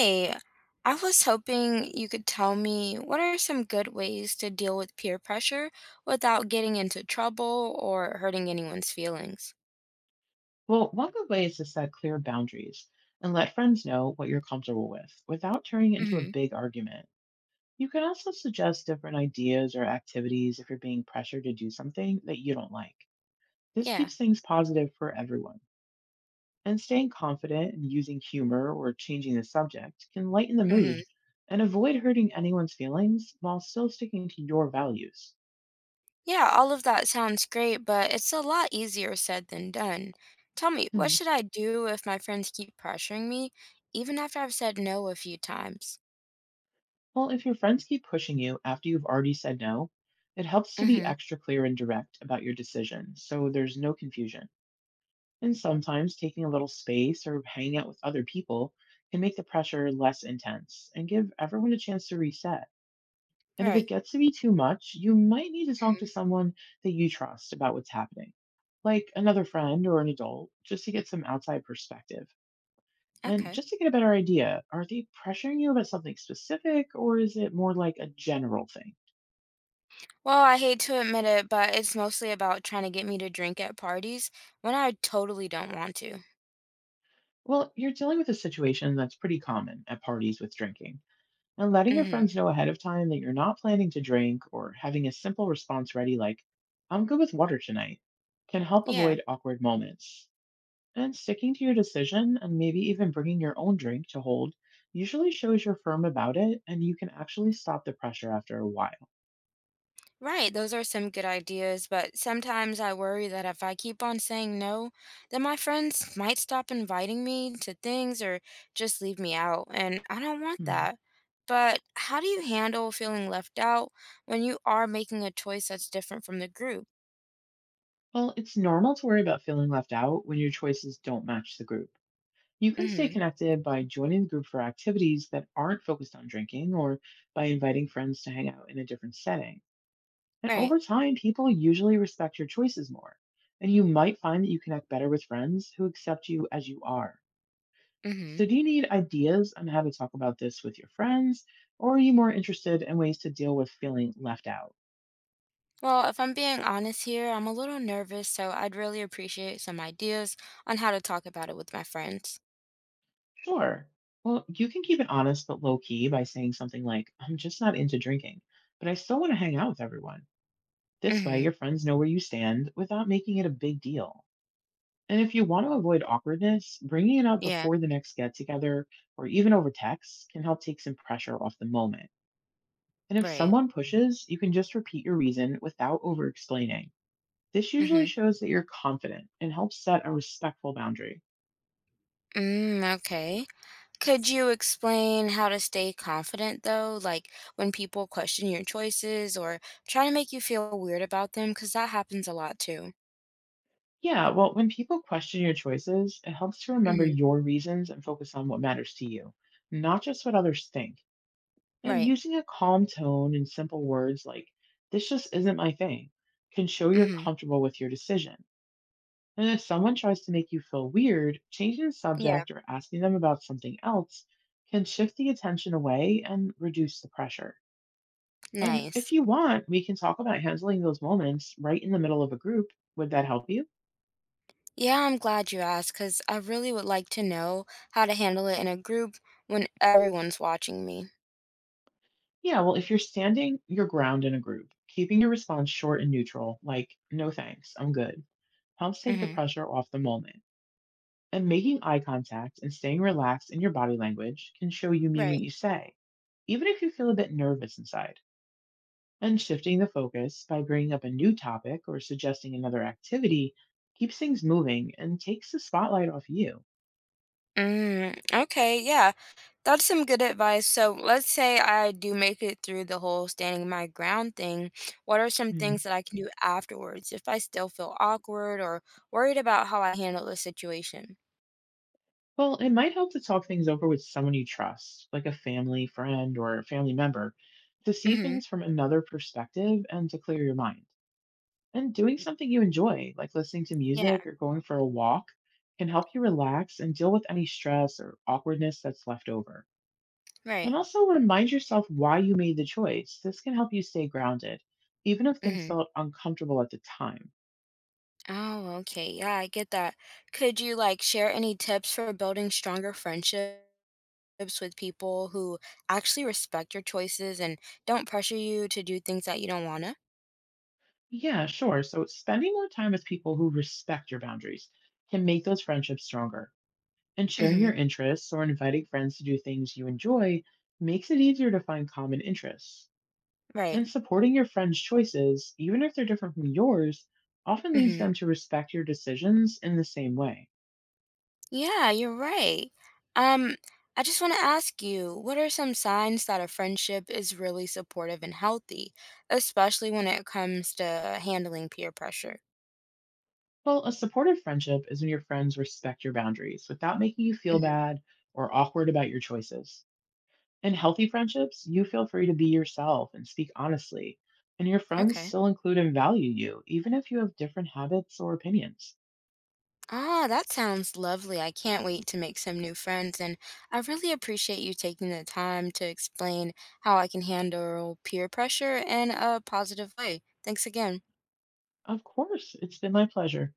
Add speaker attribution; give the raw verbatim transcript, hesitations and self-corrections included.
Speaker 1: Hey, I was hoping you could tell me what are some good ways to deal with peer pressure without getting into trouble or hurting anyone's feelings?
Speaker 2: Well, one good way is to set clear boundaries and let friends know what you're comfortable with without turning it into a
Speaker 1: hmm
Speaker 2: big argument. You can also suggest different ideas or activities if you're being pressured to do something that you don't like. This
Speaker 1: Yeah.
Speaker 2: keeps things positive for everyone. And staying confident and using humor or changing the subject can lighten the
Speaker 1: hmm
Speaker 2: mood and avoid hurting anyone's feelings while still sticking to your values.
Speaker 1: Yeah, all of that sounds great, but it's a lot easier said than done. Tell me, what
Speaker 2: Hmm.
Speaker 1: should I do if my friends keep pressuring me, even after I've said no a few times?
Speaker 2: Well, if your friends keep pushing you after you've already said no, it helps to be
Speaker 1: hmm
Speaker 2: extra clear and direct about your decision so there's no confusion. And sometimes taking a little space or hanging out with other people can make the pressure less intense and give everyone a chance to reset. And if
Speaker 1: Right.
Speaker 2: it gets to be too much, you might need to talk to
Speaker 1: Mhm.
Speaker 2: someone that you trust about what's happening, like another friend or an adult, just to get some outside perspective. And
Speaker 1: Okay.
Speaker 2: just to get a better idea, are they pressuring you about something specific, or is it more like a general thing?
Speaker 1: Well, I hate to admit it, but it's mostly about trying to get me to drink at parties when I totally don't want to.
Speaker 2: Well, you're dealing with a situation that's pretty common at parties with drinking. And letting your
Speaker 1: Mm-hmm.
Speaker 2: friends know ahead of time that you're not planning to drink, or having a simple response ready, like, I'm good with water tonight, can help
Speaker 1: Yeah,
Speaker 2: avoid awkward moments. And sticking to your decision and maybe even bringing your own drink to hold usually shows you're firm about it, and you can actually stop the pressure after a while.
Speaker 1: right. Those are some good ideas, but sometimes I worry that if I keep on saying no, then my friends might stop inviting me to things or just leave me out, and I don't want
Speaker 2: Mm.
Speaker 1: that. But how do you handle feeling left out when you are making a choice that's different from the group?
Speaker 2: Well, it's normal to worry about feeling left out when your choices don't match the group. You can stay
Speaker 1: Mm-hmm.
Speaker 2: connected by joining the group for activities that aren't focused on drinking, or by inviting friends to hang out in a different setting. And
Speaker 1: Right.
Speaker 2: over time, people usually respect your choices more. And you might find that you connect better with friends who accept you as you are.
Speaker 1: Mm-hmm.
Speaker 2: So, do you need ideas on how to talk about this with your friends? Or are you more interested in ways to deal with feeling left out?
Speaker 1: Well, if I'm being honest here, I'm a little nervous, so I'd really appreciate some ideas on how to talk about it with my friends.
Speaker 2: Sure. Well, you can keep it honest but low key by saying something like, I'm just not into drinking, but I still want to hang out with everyone. This way,
Speaker 1: Mm-hmm.
Speaker 2: your friends know where you stand without making it a big deal. And if you want to avoid awkwardness, bringing it up
Speaker 1: Yeah,
Speaker 2: before the next get together or even over text can help take some pressure off the moment. And if
Speaker 1: right.
Speaker 2: someone pushes, you can just repeat your reason without over explaining. This usually
Speaker 1: Mm-hmm.
Speaker 2: shows that you're confident and helps set a respectful boundary.
Speaker 1: Mm, okay. Could you explain how to stay confident though? Like when people question your choices or try to make you feel weird about them, because that happens a lot too.
Speaker 2: Yeah, well, when people question your choices, it helps to remember
Speaker 1: hmm
Speaker 2: your reasons and focus on what matters to you, not just what others think. And
Speaker 1: Right.
Speaker 2: using a calm tone and simple words, like, this just isn't my thing, can show you're
Speaker 1: hmm
Speaker 2: comfortable with your decision. And if someone tries to make you feel weird, changing the
Speaker 1: Yeah.
Speaker 2: subject or asking them about something else can shift the attention away and reduce the pressure. And if
Speaker 1: Nice.
Speaker 2: you want, we can talk about handling those moments right in the middle of a group. Would that help you?
Speaker 1: Yeah, I'm glad you asked because I really would like to know how to handle it in a group when everyone's watching me.
Speaker 2: Yeah, well, if you're standing your ground in a group, keeping your response short and neutral, like, no thanks, I'm good, helps take the
Speaker 1: hmm
Speaker 2: pressure off the moment. And making eye contact and staying relaxed in your body language can show you mean what
Speaker 1: Right.
Speaker 2: you say, even if you feel a bit nervous inside. And shifting the focus by bringing up a new topic or suggesting another activity keeps things moving and takes the spotlight off you.
Speaker 1: Mm, okay, yeah. That's some good advice. So let's say I do make it through the whole standing my ground thing. What are some
Speaker 2: Mm,
Speaker 1: things that I can do afterwards if I still feel awkward or worried about how I handle the situation?
Speaker 2: Well, it might help to talk things over with someone you trust, like a family friend or a family member, to see
Speaker 1: Mm-hmm.
Speaker 2: things from another perspective and to clear your mind. And doing something you enjoy, like listening to
Speaker 1: Yeah,
Speaker 2: music or going for a walk, can help you relax and deal with any stress or awkwardness that's left over.
Speaker 1: right.
Speaker 2: And also remind yourself why you made the choice. This can help you stay grounded, even if things
Speaker 1: Mm-hmm.
Speaker 2: felt uncomfortable at the time.
Speaker 1: Oh, okay. Yeah, I get that. Could you like share any tips for building stronger friendships with people who actually respect your choices and don't pressure you to do things that you don't wanna?
Speaker 2: Yeah, sure. So spending more time with people who respect your boundaries can make those friendships stronger. And sharing
Speaker 1: Mm-hmm.
Speaker 2: your interests or inviting friends to do things you enjoy makes it easier to find common interests.
Speaker 1: Right.
Speaker 2: And supporting your friend's choices, even if they're different from yours, often leads
Speaker 1: Mm-hmm.
Speaker 2: them to respect your decisions in the same way.
Speaker 1: Yeah, you're right. Um, I just want to ask you, what are some signs that a friendship is really supportive and healthy, especially when it comes to handling peer pressure?
Speaker 2: Well, a supportive friendship is when your friends respect your boundaries without making you feel
Speaker 1: hmm
Speaker 2: bad or awkward about your choices. In healthy friendships, you feel free to be yourself and speak honestly, and your friends
Speaker 1: Okay.
Speaker 2: still include and value you, even if you have different habits or opinions.
Speaker 1: Ah, that sounds lovely. I can't wait to make some new friends, and I really appreciate you taking the time to explain how I can handle peer pressure in a positive way. Thanks again.
Speaker 2: Of course, it's been my pleasure.